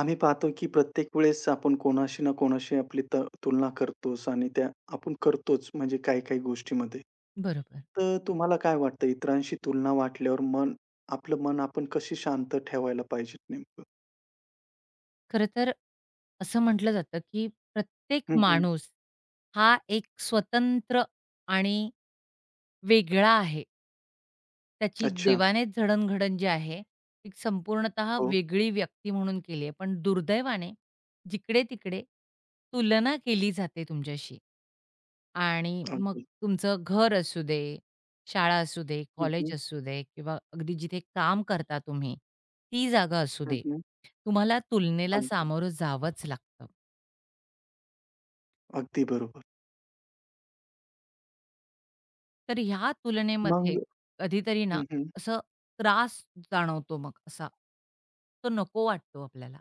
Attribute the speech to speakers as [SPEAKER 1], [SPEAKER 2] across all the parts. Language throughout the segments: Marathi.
[SPEAKER 1] आम्ही पाहतो की प्रत्येक वेळेस आपण कोणाशी ना कोणाशी आपली तुलना करतोच आणि त्या आपण करतोच म्हणजे काही-काही गोष्टीमध्ये.
[SPEAKER 2] बरोबर.
[SPEAKER 1] तर तुम्हाला काय वाटतं इतरांशी तुलना वाटल्यावर आपलं मन आपण कशी शांत ठेवायला पाहिजे नेमकं?
[SPEAKER 2] खरं तर असं म्हटलं जातं, की प्रत्येक
[SPEAKER 1] हं, हं.
[SPEAKER 2] माणूस हा एक स्वतंत्र आणि वेगळा आहे. त्याची
[SPEAKER 1] अच्छा.
[SPEAKER 2] देवानेच जडणघडण जी आहे, ती संपूर्णतः
[SPEAKER 1] हो.
[SPEAKER 2] वेगळी व्यक्ती म्हणून केली आहे. पण दुर्दैवाने जिकडे-तिकडे तुलना केली जाते तुमच्याशी. आणि मग
[SPEAKER 1] अगदी.
[SPEAKER 2] तुमचं घर असू दे, शाळा असू दे,
[SPEAKER 1] हं, हं.
[SPEAKER 2] कॉलेज असू दे किंवा अगदी जिथे काम करता तुम्ही, ती जागा असू दे.
[SPEAKER 1] हं,
[SPEAKER 2] तुम्हाला तुलनेला
[SPEAKER 1] अगदी.
[SPEAKER 2] सामोरं जावंच लागतं.
[SPEAKER 1] अगदी बरोबर.
[SPEAKER 2] तर ह्या तुलनेमध्ये
[SPEAKER 1] मग
[SPEAKER 2] कधीतरी ना
[SPEAKER 1] हं, हं.
[SPEAKER 2] असं त्रास जाणवतो मग असा. तो नको वाटतो आपल्याला.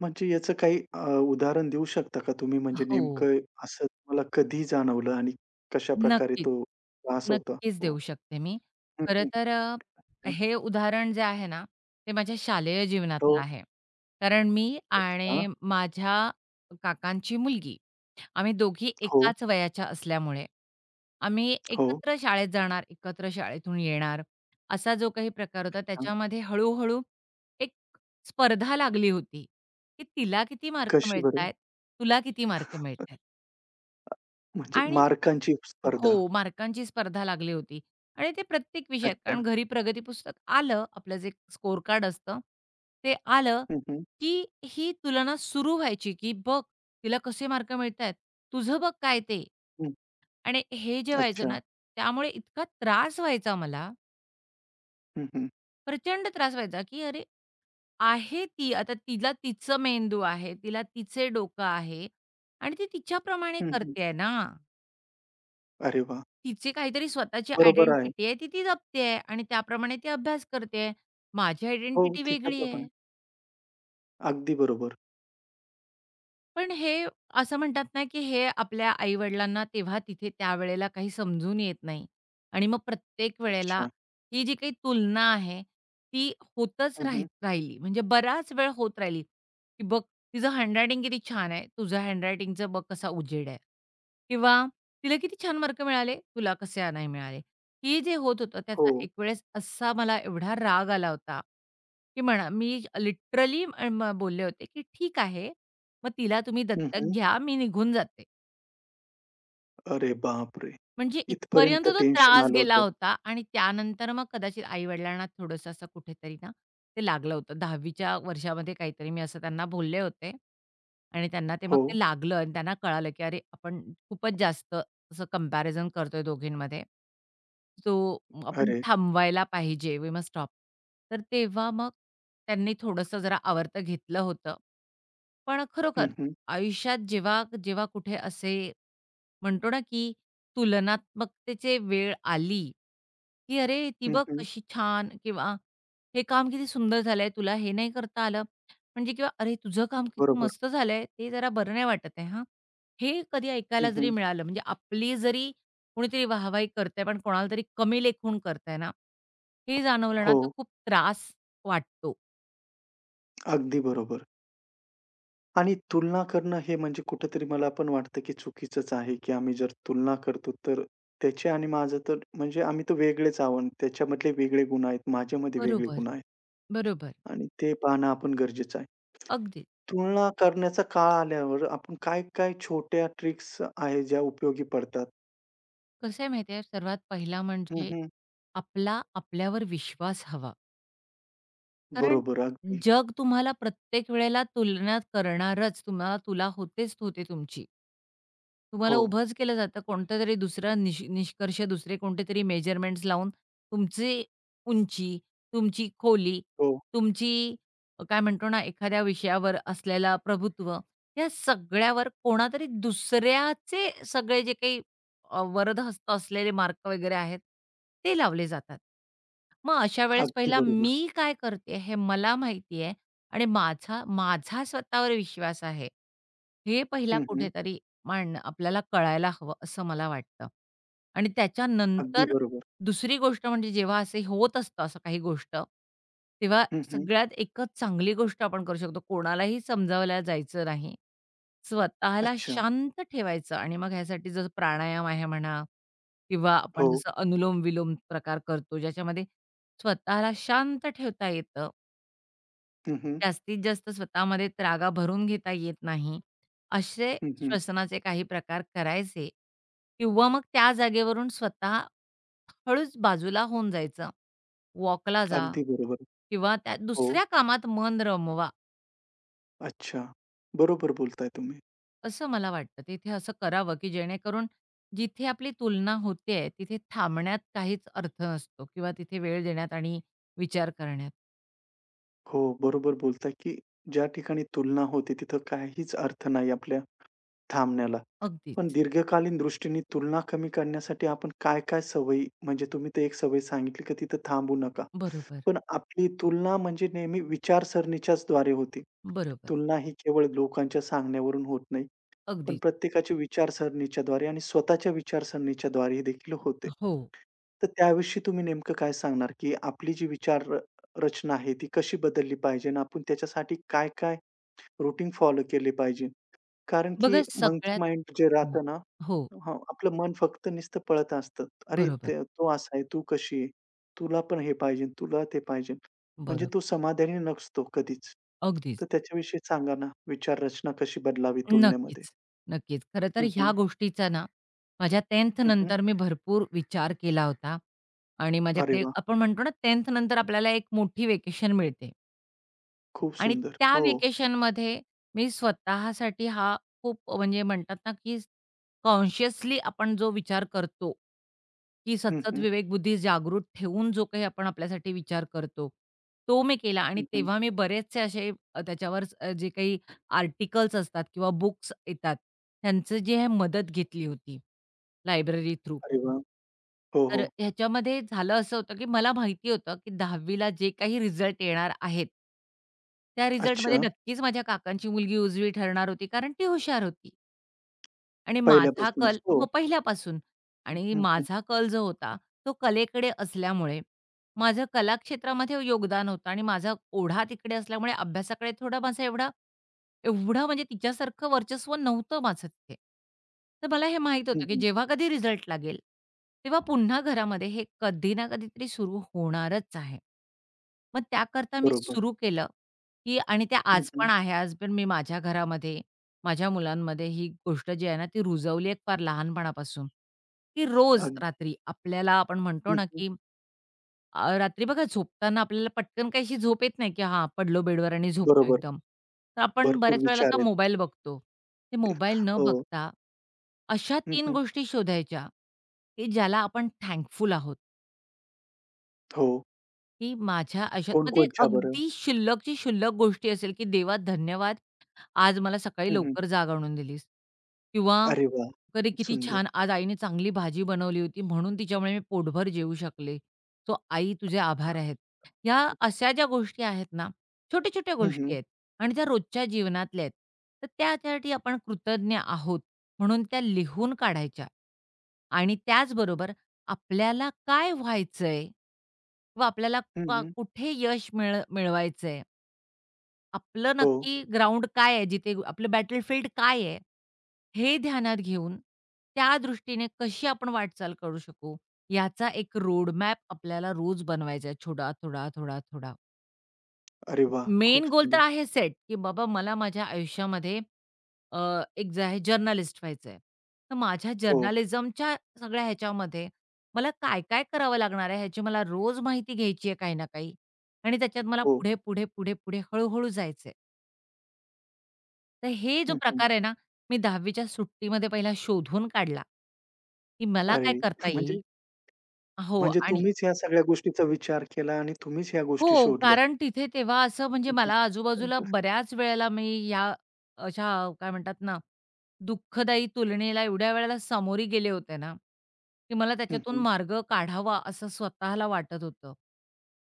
[SPEAKER 1] म्हणजे याचं काही उदाहरण देऊ शकता का तुम्ही? म्हणजे
[SPEAKER 2] हो.
[SPEAKER 1] नेमकं असं तुम्हाला कधी जाणवलं आणि कशाप्रकारे
[SPEAKER 2] नक्कीच.
[SPEAKER 1] तो त्रास होता?
[SPEAKER 2] नक्कीच
[SPEAKER 1] हो.
[SPEAKER 2] देऊ शकते मी.
[SPEAKER 1] हं,
[SPEAKER 2] खरं
[SPEAKER 1] हं.
[SPEAKER 2] तर हे उदाहरण जे आहे ना, ते माझ्या शालेय
[SPEAKER 1] हो.
[SPEAKER 2] जीवनातलं आहे. कारण मी
[SPEAKER 1] अच्छा.
[SPEAKER 2] आणि माझ्या काकांची मुलगी, आम्ही दोघी
[SPEAKER 1] हो,
[SPEAKER 2] एकाच वयाच्या असल्यामुळे, आम्ही
[SPEAKER 1] हो.
[SPEAKER 2] एकत्र शाळेत जाणार, एकत्र शाळेतून येणार, असा जो काही प्रकार होता
[SPEAKER 1] हां.
[SPEAKER 2] त्याच्यामध्ये हळू एक स्पर्धा लागली होती, की तिला किती मार्क
[SPEAKER 1] कशी बरं?
[SPEAKER 2] मिळतायत, तुला किती मार्क
[SPEAKER 1] अ,
[SPEAKER 2] मिळतायत
[SPEAKER 1] म्हणजे
[SPEAKER 2] आणि
[SPEAKER 1] मार्कांची स्पर्धा.
[SPEAKER 2] हो, मार्कांची स्पर्धा लागली होती आणि ते प्रत्येक विषयात.
[SPEAKER 1] अच्छा.
[SPEAKER 2] कारण घरी प्रगती पुस्तक आलं, आपलं जे स्कोर कार्ड असतं, ते आलं,
[SPEAKER 1] हं, हं.
[SPEAKER 2] की ही तुलना सुरू व्हायची, की "बघ, तिला कसे मार्क मिळतायत, तुझं बघ काय ते."
[SPEAKER 1] हं.
[SPEAKER 2] आणि हे जे व्हायचं
[SPEAKER 1] अच्छा.
[SPEAKER 2] ना, त्यामुळे इतका त्रास व्हायचा मला,
[SPEAKER 1] हं, हं.
[SPEAKER 2] प्रचंड त्रास व्हायचा, की अरे, आहे ती, आता तिला तिचं मेंदू आहे, तिला तिचे डोकं आहे आणि ती तिच्याप्रमाणे
[SPEAKER 1] हं, हं.
[SPEAKER 2] करते आहे ना.
[SPEAKER 1] अरे वाह!
[SPEAKER 2] तिची काहीतरी स्वतःची
[SPEAKER 1] बरोबर आहे.
[SPEAKER 2] आयडेंटिटी आहे, ती ती जपते आणि त्याप्रमाणे ती अभ्यास करते आहे. माझी
[SPEAKER 1] हो,
[SPEAKER 2] आयडेंटिटी वेगळी
[SPEAKER 1] तिच्याप्रमाणे.
[SPEAKER 2] आहे.
[SPEAKER 1] अगदी बरोबर.
[SPEAKER 2] पण हे असं म्हणतात ना, की हे आपल्या आई-वडिलांना तेव्हा तिथे त्यावेळेला काही समजून येत नाही आणि मग प्रत्येक वेळेला
[SPEAKER 1] अच्छा.
[SPEAKER 2] ही जी काही तुलना आहे, ती होतच
[SPEAKER 1] हं,
[SPEAKER 2] राही
[SPEAKER 1] हं.
[SPEAKER 2] राहिली. म्हणजे बराच वेळ होत राहिली, की "बघ, तिचं हँडरायटिंग किती छान आहे. तुझं हँडरायटिंगचं बघ कसा उजेड आहे." किंवा "तिला किती छान मार्क मिळाले, तुला कसे नाही मिळाले." हे जे होत होतं
[SPEAKER 1] हो.
[SPEAKER 2] त्याचा एक वेळेस असा मला एवढा राग आला होता, की म्हणा मी लिटरली बोलले होते, की "ठीक आहे, मग तिला तुम्ही
[SPEAKER 1] हं,
[SPEAKER 2] दत्तक
[SPEAKER 1] हं.
[SPEAKER 2] घ्या, मी निघून जाते.
[SPEAKER 1] अरे बापरे!
[SPEAKER 2] म्हणजे इथपर्यंत
[SPEAKER 1] इथपर्यंत
[SPEAKER 2] तो
[SPEAKER 1] टेन्शन
[SPEAKER 2] त्रास
[SPEAKER 1] आलं
[SPEAKER 2] गेला
[SPEAKER 1] होतं.
[SPEAKER 2] होता आणि त्यानंतर मग कदाचित आई-वडिलांना थोडंसं असं कुठेतरी ना, ते लागलं होतं. 10वीच्या वर्षामध्ये काहीतरी मी असं त्यांना बोलले होते आणि त्यांना ते मग
[SPEAKER 1] हो.
[SPEAKER 2] ते लागलं आणि त्यांना कळालं, की "अरे, आपण खूपच जास्त असं कंपॅरिझन करतोय दोघींमध्ये. सो आपण
[SPEAKER 1] अरे!
[SPEAKER 2] थांबवायला पाहिजे. We must stop." तर तेव्हा मग त्यांनी थोडंसं जरा आवर्त घेतलं होतं. पण
[SPEAKER 1] हं,
[SPEAKER 2] खरोखर
[SPEAKER 1] हं.
[SPEAKER 2] आयुष्यात जेव्हा जेव्हा कुठे असे म्हणतो ना, की तुलनात्मकतेचे वेळ आली, की "अरे, ती
[SPEAKER 1] हं,
[SPEAKER 2] बघ
[SPEAKER 1] हं.
[SPEAKER 2] कशी छान" किंवा "हे काम किती सुंदर झालंय, तुला हे नाही करता आलं." म्हणजे किंवा "अरे, तुझं काम किती
[SPEAKER 1] बरोबर.
[SPEAKER 2] मस्त झालंय, ते जरा बरं नाही वाटत आहे हां." हे कधी
[SPEAKER 1] हं,
[SPEAKER 2] ऐकायला जरी
[SPEAKER 1] हं.
[SPEAKER 2] मिळालं, म्हणजे आपली जरी कोणीतरी वाहवाही करतंय, पण कोणाला तरी कमी लेखून करतंय ना, हे जाणवलं ना, तर
[SPEAKER 1] हो.
[SPEAKER 2] खूप त्रास वाटतो.
[SPEAKER 1] अगदी बरोबर. आणि तुलना करणं हे म्हणजे कुठेतरी मला पण वाटतं, की चुकीचंच आहे, की आम्ही जर तुलना करतो, तर त्याचे आणि माझं तर म्हणजे आम्ही तर वेगळेच आहोत. त्याच्यामधले वेगळे गुण आहेत, माझ्यामध्ये वेगळे
[SPEAKER 2] बरोबर,
[SPEAKER 1] गुण आहेत
[SPEAKER 2] बरोबर.
[SPEAKER 1] आणि ते पाहणं आपण गरजेचं आहे.
[SPEAKER 2] अगदी.
[SPEAKER 1] तुलना करण्याचा काळ आल्यावर आपण काय-काय छोट्या ट्रिक्स आहेत, ज्या उपयोगी पडतात?
[SPEAKER 2] कसं आहे माहिती आहे, सर्वात पहिला
[SPEAKER 1] हं,
[SPEAKER 2] म्हणजे
[SPEAKER 1] हं.
[SPEAKER 2] आपला आपल्यावर विश्वास हवा. कारण
[SPEAKER 1] बरोबर, अगदी.
[SPEAKER 2] जग तुम्हाला प्रत्येक वेळेला तुलना करणारच. तुम्हाला तुला होतेच होते तुमची. तुम्हाला
[SPEAKER 1] हो,
[SPEAKER 2] उभंच केलं जातं. कोणतातरी दुसरा निष्कर्ष दुसरे कोणतेतरी मेजरमेंट्स लावून तुमची उंची, तुमची खोली,
[SPEAKER 1] हो.
[SPEAKER 2] तुमची काय म्हणतो ना, एखाद्या विषयावर असलेला प्रभुत्व, या सगळ्यावर कोणातरी दुसऱ्याचे सगळे जे काही वरदहस्त असलेले मार्क वगैरे आहेत, ते लावले जातात. मग अशा वेळेस
[SPEAKER 1] अगदी
[SPEAKER 2] पहिला
[SPEAKER 1] बरोबर.
[SPEAKER 2] मी काय करते हे मला माहिती आहे आणि माझा माझा स्वतःवर विश्वास आहे. हे पहिला
[SPEAKER 1] हं, हं.
[SPEAKER 2] कुठेतरी मांडणं आपल्याला कळायला हवं असं मला वाटतं आणि
[SPEAKER 1] अगदी
[SPEAKER 2] त्याच्यानंतर
[SPEAKER 1] बरोबर.
[SPEAKER 2] दुसरी गोष्ट म्हणजे जेव्हा असे होत असतं असं काही गोष्ट, तेव्हा
[SPEAKER 1] हं, हं.
[SPEAKER 2] सगळ्यात एकच चांगली गोष्ट आपण करू शकतो, कोणालाही समजावल्या जायचं नाही. स्वतःला
[SPEAKER 1] अच्छा.
[SPEAKER 2] शांत ठेवायचं आणि मग ह्यासाठी जसं प्राणायाम आहे म्हणा किंवा
[SPEAKER 1] हो.
[SPEAKER 2] आपण जसं अनुलोम-विलोम प्रकार करतो, ज्याच्यामध्ये स्वतःला शांत ठेवता येतं
[SPEAKER 1] हं, हं.
[SPEAKER 2] जास्तीत जास्त स्वतःमध्ये रागा भरून घेता येत नाही, असे
[SPEAKER 1] हं, हं.
[SPEAKER 2] श्वसनाचे काही प्रकार करायचे किंवा मग त्या जागेवरून स्वतः हळूच बाजूला होऊन जायचं. वॉकला जा
[SPEAKER 1] अगदी बरोबर.
[SPEAKER 2] किंवा त्या
[SPEAKER 1] हो.
[SPEAKER 2] दुसऱ्या कामात मन रमवा,
[SPEAKER 1] अच्छा. बरोबर बोलताय तुम्ही.
[SPEAKER 2] असं मला वाटतं. तिथे असं करावं, की जेणेकरून जिथे आपली तुलना होतेय, तिथे थांबण्यात काहीच अर्थ नसतो किंवा तिथे वेळ देण्यात आणि विचार करण्यात.
[SPEAKER 1] हो, बरोबर बोलताय, की ज्या ठिकाणी तुलना होते तिथं काहीच अर्थ नाही आपल्या थांबण्याला. पण
[SPEAKER 2] अगदीच.
[SPEAKER 1] दीर्घकालीन दृष्टीने तुलना कमी करण्यासाठी आपण काय-काय सवयी म्हणजे तुम्ही तर एक सवय सांगितली की तिथं थांबू नका.
[SPEAKER 2] बरोबर,
[SPEAKER 1] पण आपली तुलना म्हणजे नेहमी विचारसरणीच्याच द्वारे होते.
[SPEAKER 2] बरोबर.
[SPEAKER 1] तुलना ही केवळ लोकांच्या सांगण्यावरून होत नाही. पण
[SPEAKER 2] अगदीच.
[SPEAKER 1] प्रत्येकाच्या विचारसरणीच्याद्वारे आणि स्वतःच्या विचारसरणीच्याद्वारे देखील होते.
[SPEAKER 2] हो.
[SPEAKER 1] तर त्याविषयी तुम्ही नेमकं काय सांगणार, की आपली जी विचार र रचना आहे ती कशी बदलली पाहिजे आणि आपण त्याच्यासाठी काय-काय रूटीन फॉलो केले पाहिजे? कारण की
[SPEAKER 2] बघा
[SPEAKER 1] मंकी
[SPEAKER 2] सगळ्यात
[SPEAKER 1] माइंड जे
[SPEAKER 2] हं.
[SPEAKER 1] राहतं ना
[SPEAKER 2] हो,
[SPEAKER 1] हां, आपलं मन फक्त नुसतं पळत असतं. "अरे,
[SPEAKER 2] बरोबर,
[SPEAKER 1] ते तो असा आहे, तू कशी आहे? तुला पण हे पाहिजे, तुला ते पाहिजे." म्हणजे
[SPEAKER 2] बरोबर.
[SPEAKER 1] तो समाधानी नसतो कधीच.
[SPEAKER 2] अगदीच.
[SPEAKER 1] तर त्याच्याविषयी सांगा ना, विचार रचना कशी बदलावी तुलनेमध्ये?
[SPEAKER 2] नक्कीच, नक्कीच. खरं तर ह्या गोष्टीचा ना, माझ्या 10th
[SPEAKER 1] हं, हं.
[SPEAKER 2] नंतर मी भरपूर विचार केला होता आणि
[SPEAKER 1] अरे
[SPEAKER 2] माझ्याकडे
[SPEAKER 1] वाह!
[SPEAKER 2] आपण म्हणतो ना, 10th नंतर आपल्याला एक मोठी वेकेशन मिळते.
[SPEAKER 1] खूप
[SPEAKER 2] आणि
[SPEAKER 1] सुंदर.
[SPEAKER 2] त्या
[SPEAKER 1] हो.
[SPEAKER 2] व्हेकेशनमध्ये मी स्वतःसाठी हा खूप म्हणजे म्हणतात ना, की कॉन्शियसली आपण जो विचार करतो, की
[SPEAKER 1] हं,
[SPEAKER 2] सतत
[SPEAKER 1] हं.
[SPEAKER 2] विवेकबुद्धी जागृत ठेवून जो काही आपण आपल्यासाठी विचार करतो, तो मी केला आणि
[SPEAKER 1] हं, हं.
[SPEAKER 2] तेव्हा मी बरेचसे असे त्याच्यावर जे काही आर्टिकल्स असतात किंवा बुक्स येतात, त्यांचं जे आहे मदत घेतली होती लायब्ररी थ्रू.
[SPEAKER 1] अरे वाह! हो,
[SPEAKER 2] तर
[SPEAKER 1] हो.
[SPEAKER 2] ह्याच्यामध्ये झालं असं होतं, की मला माहिती होतं, की 10वी ला जे काही रिझल्ट येणार आहेत, त्या रिझल्टमध्ये
[SPEAKER 1] अच्छा.
[SPEAKER 2] नक्कीच माझ्या काकांची मुलगी उजवी ठरणार होती, कारण ती हुशार होती आणि माझा
[SPEAKER 1] पहिल्यापासूनच.
[SPEAKER 2] कल
[SPEAKER 1] हो.
[SPEAKER 2] हो, पहिल्यापासून
[SPEAKER 1] हं,
[SPEAKER 2] आणि
[SPEAKER 1] हं, हं.
[SPEAKER 2] माझा कल जो होता, तो कलेकडे असल्यामुळे माझं कलाक्षेत्रामध्ये योगदान होतं आणि माझा ओढा तिकडे असल्यामुळे अभ्यासाकडे थोडा माझा एवढं म्हणजे तिच्यासारखं वर्चस्व नव्हतं माझं तिथे. तर मला हे माहीत
[SPEAKER 1] हं,
[SPEAKER 2] होतं, की
[SPEAKER 1] हं.
[SPEAKER 2] जेव्हा कधी रिझल्ट लागेल, तेव्हा पुन्हा घरामध्ये हे कधी ना कधीतरी सुरू होणारच आहे. मग त्याकरता मी
[SPEAKER 1] बरोबर.
[SPEAKER 2] सुरू केलं, की आणि ते
[SPEAKER 1] हं,
[SPEAKER 2] आज
[SPEAKER 1] हं.
[SPEAKER 2] पण आहे. आज पण मी माझ्या घरामध्ये, माझ्या मुलांमध्ये ही गोष्ट जी आहे ना, ती रुजवली आहे फार लहानपणापासून, की रोज
[SPEAKER 1] अगदी.
[SPEAKER 2] रात्री आपल्याला आपण
[SPEAKER 1] हं,
[SPEAKER 2] म्हणतो ना,
[SPEAKER 1] हं.
[SPEAKER 2] की रात्री बघा झोपताना आपल्याला पटकन काहीशी झोप येत नाही, की हां, पडलो बेडवर आणि झोपलो
[SPEAKER 1] बरोबर.
[SPEAKER 2] एकदम. तर आपण
[SPEAKER 1] भरपूर
[SPEAKER 2] बऱ्याच वेळेला
[SPEAKER 1] विचार
[SPEAKER 2] आता
[SPEAKER 1] आहेत.
[SPEAKER 2] मोबाईल बघतो. ते मोबाईल न
[SPEAKER 1] हो.
[SPEAKER 2] बघता अशा
[SPEAKER 1] हं,
[SPEAKER 2] तीन
[SPEAKER 1] हं.
[SPEAKER 2] गोष्टी शोधायच्या, की ज्याला आपण थँकफुल आहोत.
[SPEAKER 1] हो.
[SPEAKER 2] की माझ्या आयुष्यात मग
[SPEAKER 1] कोणकोणच्या बरं?
[SPEAKER 2] अगदी शिल्लकची शिल्लक गोष्टी असेल, की "देवा धन्यवाद, आज मला सकाळी
[SPEAKER 1] हं, हं.
[SPEAKER 2] लवकर जाग आणून दिलीस." किंवा
[SPEAKER 1] अरे वाह!
[SPEAKER 2] "अरे किती
[SPEAKER 1] सुंदर.
[SPEAKER 2] छान! आज आईने चांगली भाजी बनवली होती, म्हणून तिच्यामुळे मी पोटभर जेवू शकले. सो आई तुझे आभार आहेत." ह्या अशा ज्या गोष्टी आहेत ना, छोट्या-छोट्या
[SPEAKER 1] हं,
[SPEAKER 2] गोष्टी
[SPEAKER 1] हं.
[SPEAKER 2] आहेत आणि त्या रोजच्या जीवनातल्या आहेत. तर त्यासाठी आपण कृतज्ञ आहोत म्हणून त्या लिहून काढायच्या आणि त्याचबरोबर आपल्याला काय व्हायचंय व आपल्याला
[SPEAKER 1] हं,
[SPEAKER 2] का
[SPEAKER 1] हं.
[SPEAKER 2] कुठे यश मिळवायचंय. आपलं
[SPEAKER 1] हो.
[SPEAKER 2] नक्की ग्राउंड काय आहे, जिथे आपलं बॅटलफील्ड काय आहे, हे ध्यानात घेऊन त्या दृष्टीने कशी आपण वाटचाल करू शकू, याचा एक रोडमॅप आपल्याला रोज बनवायचा आहे, थोडा, थोडा, थोडा, थोडा.
[SPEAKER 1] अरे वाह!
[SPEAKER 2] मेन
[SPEAKER 1] खूप
[SPEAKER 2] गोल तर
[SPEAKER 1] सुंदर.
[SPEAKER 2] आहे सेट, की बाबा मला माझ्या आयुष्यामध्ये एक जे आहे जर्नलिस्ट व्हायचं आहे. तर माझ्या
[SPEAKER 1] हो,
[SPEAKER 2] जर्नलिझमच्या सगळ्या ह्याच्यामध्ये मला काय-काय करावं लागणार आहे ह्याची मला रोज माहिती घ्यायची आहे काही ना काही आणि त्याच्यात मला
[SPEAKER 1] हो.
[SPEAKER 2] पुढे, पुढे, पुढे, पुढे हळू-हळू जायचं आहे. तर हे जो
[SPEAKER 1] हं, हं.
[SPEAKER 2] प्रकार आहे ना, मी 10वी सुट्टीमध्ये पहिला शोधून काढला, की मला
[SPEAKER 1] अरे
[SPEAKER 2] काय करता येईल
[SPEAKER 1] म्हणजे
[SPEAKER 2] हो
[SPEAKER 1] म्हणजे
[SPEAKER 2] आणि
[SPEAKER 1] तुम्हीच या सगळ्या गोष्टीचा विचार केला आणि तुम्हीच ह्या गोष्टी
[SPEAKER 2] हो,
[SPEAKER 1] शोधल्यात.
[SPEAKER 2] कारण तिथे तेव्हा असं म्हणजे
[SPEAKER 1] हं, हं.
[SPEAKER 2] मला आजूबाजूला बऱ्याच वेळेला मी या अशा काय म्हणतात ना, दुःखदायी तुलनेला एवढ्या वेळेला सामोरी गेले होते ना, की मला
[SPEAKER 1] हं,
[SPEAKER 2] त्याच्यातून
[SPEAKER 1] हं.
[SPEAKER 2] मार्ग काढावा असं स्वतःला वाटत होतं.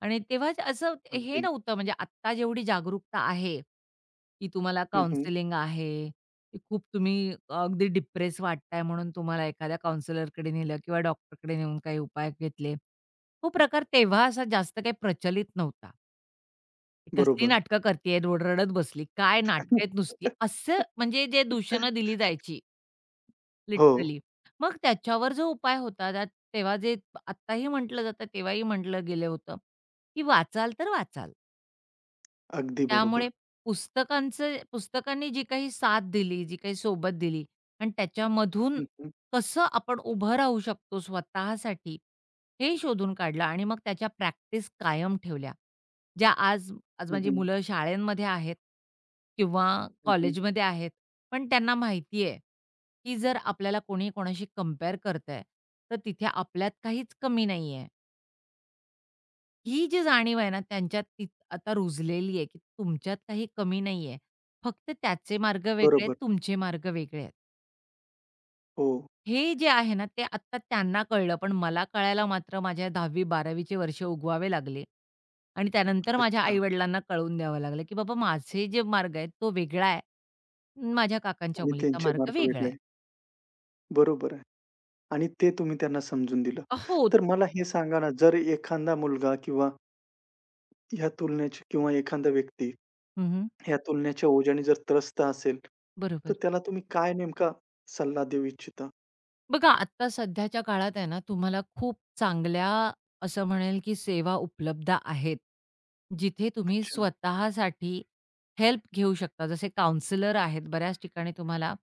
[SPEAKER 2] आणि तेव्हाच असं हे
[SPEAKER 1] अगदी.
[SPEAKER 2] नव्हतं म्हणजे आत्ता जेवढी जागरूकता आहे, की तुम्हाला
[SPEAKER 1] हं, हं.
[SPEAKER 2] काउन्सिलिंग आहे, की खूप तुम्ही अगदी डिप्रेस वाटताय म्हणून तुम्हाला एखाद्या काउन्सिलरकडे नेलं किंवा डॉक्टरकडे नेऊन काही उपाय घेतले. तो प्रकार तेव्हा असा जास्त काही प्रचलित नव्हता. कसली
[SPEAKER 1] बरोबर.
[SPEAKER 2] नाटकं करतीये, रोड रडत बसली. काय नाटकं आहेत नुसती. असं म्हणजे जे दूषणं दिली जायची
[SPEAKER 1] हो,
[SPEAKER 2] लिटरली. मग त्याच्यावर जो उपाय होता त्यात तेव्हा जे आत्ताही म्हटलं जातं, तेव्हाही म्हटलं गेलं होतं, की वाचाल तर वाचाल.
[SPEAKER 1] अगदी बरोबर.
[SPEAKER 2] त्यामुळे पुस्तकांनी जी काही साथ दिली, जी काही सोबत दिली आणि त्याच्यामधून
[SPEAKER 1] हं, हं.
[SPEAKER 2] कसं आपण उभं राहू शकतो स्वतःसाठी, हे शोधून काढलं आणि मग त्याच्या प्रॅक्टिस कायम ठेवल्या. ज्या आज आज
[SPEAKER 1] हं,
[SPEAKER 2] माझी
[SPEAKER 1] हं.
[SPEAKER 2] मुलं शाळेमध्ये आहेत किंवा
[SPEAKER 1] हं, हं.
[SPEAKER 2] कॉलेजमध्ये आहेत, पण त्यांना माहिती आहे, की जर आपल्याला कोणी कोणाशी कंपेअर करतंय, तर तिथे आपल्यात काहीच कमी नाहीये. ही जी जाणीव आहे ना, त्यांच्यात ती आता रुजलेली आहे, की तुमच्यात काही कमी नाही आहे. फक्त त्याचे मार्ग वेगळे आहेत,
[SPEAKER 1] बरोबर.
[SPEAKER 2] तुमचे मार्ग वेगळे आहेत.
[SPEAKER 1] हो.
[SPEAKER 2] हे जे आहे ना, ते आत्ता त्यांना कळलं. पण मला कळायला मात्र माझ्या 10वी-12वी वर्ष उगवावे लागले आणि त्यानंतर माझ्या
[SPEAKER 1] अच्छा
[SPEAKER 2] आई कळवून द्यावं लागलं, की बाबा माझे जे मार्ग आहेत, तो वेगळा आहे. माझ्या काकांच्या
[SPEAKER 1] आणि
[SPEAKER 2] मुलीचा
[SPEAKER 1] त्यांचे
[SPEAKER 2] मार्ग
[SPEAKER 1] मार्क
[SPEAKER 2] वेगळा
[SPEAKER 1] वेगळे.
[SPEAKER 2] आहे.
[SPEAKER 1] बरोबर आहे आणि ते तुम्ही त्यांना समजून दिलं.
[SPEAKER 2] हो.
[SPEAKER 1] तर मला हे सांगा ना, जर एखादा मुलगा किंवा ह्या तुलनेची किंवा एखादा व्यक्ती
[SPEAKER 2] हं,
[SPEAKER 1] ह्या तुलनेच्या ओझ्याने जर त्रस्त असेल, तर
[SPEAKER 2] बरोबर.
[SPEAKER 1] त्याला तुम्ही काय नेमका सल्ला देऊ इच्छिता?
[SPEAKER 2] बघा, आत्ता सध्याच्या काळात आहे ना, तुम्हाला खूप चांगल्या असं म्हणेल, की सेवा उपलब्ध आहेत. जिथे तुम्ही
[SPEAKER 1] अच्छा.
[SPEAKER 2] स्वतःसाठी हेल्प घेऊ शकता. जसे काउंसलर आहेत. बऱ्याच ठिकाणी तुम्हाला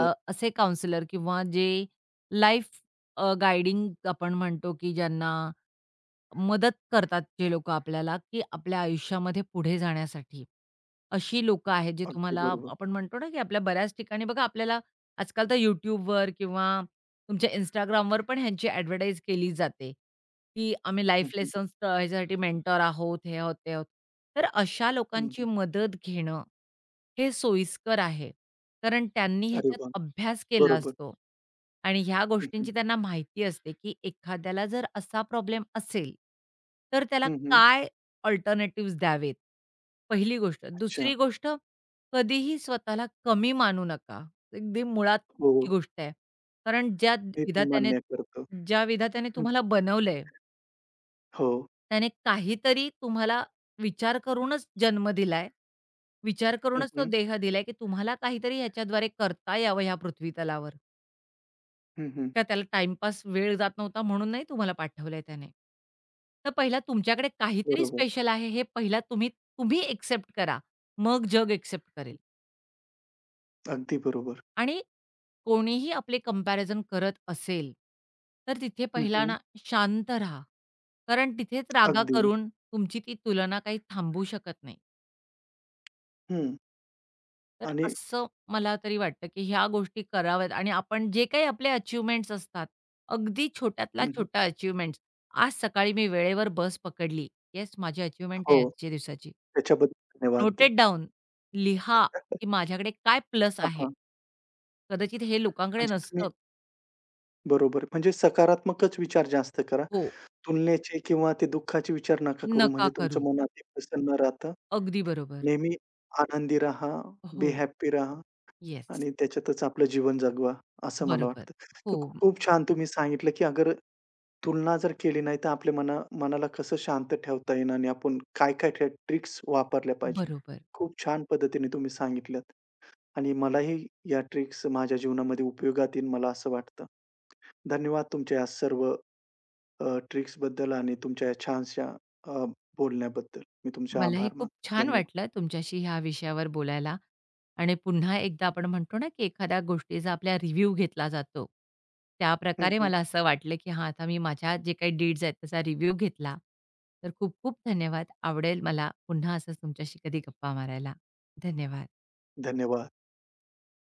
[SPEAKER 2] असे काउंसलर किंवा जे लाईफ अ, आपण म्हणतो, की ज्यांना मदत करतात जे लोकं आपल्याला, की आपल्या आयुष्यामध्ये पुढे जाण्यासाठी. अशी लोकं आहेत, जे
[SPEAKER 1] अगदी
[SPEAKER 2] तुम्हाला
[SPEAKER 1] बरोबर.
[SPEAKER 2] आपण म्हणतो ना, की आपल्या बऱ्याच ठिकाणी बघा आपल्याला आजकाल तर YouTubeवर किंवा तुमच्या Instagramवर पण ह्यांची ॲडव्हर्टाइज केली जाते, की आम्ही
[SPEAKER 1] हं,
[SPEAKER 2] लाईफ
[SPEAKER 1] हं.
[SPEAKER 2] लेसन्स ह्याच्यासाठी मेंटर आहोत, हे आहोत, ते आहोत. तर अशा
[SPEAKER 1] हं,
[SPEAKER 2] लोकांची
[SPEAKER 1] हं.
[SPEAKER 2] मदत घेणं हे सोयीस्कर आहे. कारण त्यांनी
[SPEAKER 1] अरे
[SPEAKER 2] ह्याच्यात
[SPEAKER 1] वाह!
[SPEAKER 2] अभ्यास केला
[SPEAKER 1] बरोबर.
[SPEAKER 2] असतो आणि ह्या
[SPEAKER 1] हं, हं.
[SPEAKER 2] गोष्टींची त्यांना माहिती असते, की एखाद्याला जर असा प्रॉब्लेम असेल, तर त्याला
[SPEAKER 1] हं, हं.
[SPEAKER 2] काय अल्टरनेटिव्हज द्यावेत, पहिली गोष्ट.
[SPEAKER 1] अच्छा.
[SPEAKER 2] दुसरी गोष्ट, कधीही स्वतःला कमी मानू नका. अगदी
[SPEAKER 1] हो,
[SPEAKER 2] मुळातची
[SPEAKER 1] हो.
[SPEAKER 2] गोष्ट आहे. कारण
[SPEAKER 1] मी पण
[SPEAKER 2] विधात्याने
[SPEAKER 1] मान्य करतो.
[SPEAKER 2] ज्या विधात्याने
[SPEAKER 1] हं,
[SPEAKER 2] तुम्हाला
[SPEAKER 1] हं.
[SPEAKER 2] बनवलंय,
[SPEAKER 1] हो.
[SPEAKER 2] त्याने काहीतरी तुम्हाला विचार करूनच जन्म दिलाय. विचार
[SPEAKER 1] हं,
[SPEAKER 2] करूनच तो
[SPEAKER 1] हं.
[SPEAKER 2] देह दिलाय, की तुम्हाला काहीतरी ह्याच्याद्वारे करता यावं ह्या पृथ्वीतलावर.
[SPEAKER 1] हं, हं.
[SPEAKER 2] का त्याला टाईमपास वेळ जात नव्हता म्हणून नाही तुम्हाला पाठवलंय त्याने. तर पहिला तुमच्याकडे काहीतरी
[SPEAKER 1] बरोबर.
[SPEAKER 2] स्पेशल आहे हे पहिला तुम्ही तुम्ही एक्सेप्ट करा. मग जग एक्सेप्ट करेल
[SPEAKER 1] अगदी बरोबर.
[SPEAKER 2] आणि कोणीही आपले कंपॅरिझन करत असेल, तर तिथे
[SPEAKER 1] हं,
[SPEAKER 2] पहिला
[SPEAKER 1] हं.
[SPEAKER 2] ना शांत राहा. कारण तिथेच रागा
[SPEAKER 1] अगदी.
[SPEAKER 2] करून तुमची ती तुलना काही थांबू शकत नाही.
[SPEAKER 1] हं.
[SPEAKER 2] तर
[SPEAKER 1] आणि
[SPEAKER 2] असं मला तरी वाटतं, की ह्या गोष्टी कराव्यात आणि आपण जे काही आपले अचीव्हमेंट्स असतात, अगदी
[SPEAKER 1] हं,
[SPEAKER 2] छोट्यातल्या
[SPEAKER 1] हं.
[SPEAKER 2] छोट्या अचीव्हमेंट्स. आज सकाळी मी वेळेवर बस पकडली. येस, माझी अचीव्हमेंट
[SPEAKER 1] हो.
[SPEAKER 2] आहे आजच्या दिवसाची.
[SPEAKER 1] त्याच्याबद्दल धन्यवाद द्या.
[SPEAKER 2] Noted down. लिहा, की माझ्याकडे काय प्लस
[SPEAKER 1] हां,
[SPEAKER 2] आहे.
[SPEAKER 1] हां.
[SPEAKER 2] कदाचित हे लोकांकडे
[SPEAKER 1] म्हणजे तुम्ही
[SPEAKER 2] नसतं.
[SPEAKER 1] बरोबर. म्हणजे सकारात्मकच विचार जास्त करा.
[SPEAKER 2] हो,
[SPEAKER 1] तुलनेचे किंवा ते दुःखाचे विचार नका करू.
[SPEAKER 2] नका
[SPEAKER 1] म्हणजे तुमचं
[SPEAKER 2] करू.
[SPEAKER 1] मन अति प्रसन्न राहतं.
[SPEAKER 2] अगदी बरोबर.
[SPEAKER 1] नेहमी आनंदी राहा, बी
[SPEAKER 2] हो.
[SPEAKER 1] हॅपी राहा.
[SPEAKER 2] येस.
[SPEAKER 1] आणि त्याच्यातच आपलं जीवन जगवा, असं मला
[SPEAKER 2] बरोबर.
[SPEAKER 1] वाटतं. तर
[SPEAKER 2] हो,
[SPEAKER 1] खूप छान हं. तुम्ही सांगितलं, की अगर तुलना जर केली नाही, तर आपल्या मनाला कसं शांत ठेवता येईल आणि आपण काय-काय त्या ट्रिक्स वापरल्या पाहिजे.
[SPEAKER 2] बरोबर.
[SPEAKER 1] खूप छान पद्धतीने तुम्ही सांगितल्यात आणि मलाही या ट्रिक्स माझ्या जीवनामध्ये उपयोगात येईल, मला असं वाटतं. धन्यवाद तुमच्या या सर्व ट्रिक्सबद्दल आणि तुमच्या या छानशा अ, बोलण्याबद्दल. मी तुमचे
[SPEAKER 2] मलाही
[SPEAKER 1] आभार
[SPEAKER 2] खूप
[SPEAKER 1] मानतो.
[SPEAKER 2] छान
[SPEAKER 1] धन्यवाद.
[SPEAKER 2] वाटलं तुमच्याशी ह्या विषयावर बोलायला आणि पुन्हा एकदा आपण म्हणतो ना, की एखाद्या गोष्टीचा आपला रिव्ह्यू घेतला जातो. त्या
[SPEAKER 1] हं,
[SPEAKER 2] प्रकारे
[SPEAKER 1] हं.
[SPEAKER 2] मला असं वाटलं, की हां, आता मी माझ्या जे काही डीड्स आहेत त्याचा रिव्ह्यू घेतला. तर खूप खूप धन्यवाद. आवडेल मला पुन्हा असंच तुमच्याशी कधी गप्पा मारायला. धन्यवाद.
[SPEAKER 1] धन्यवाद.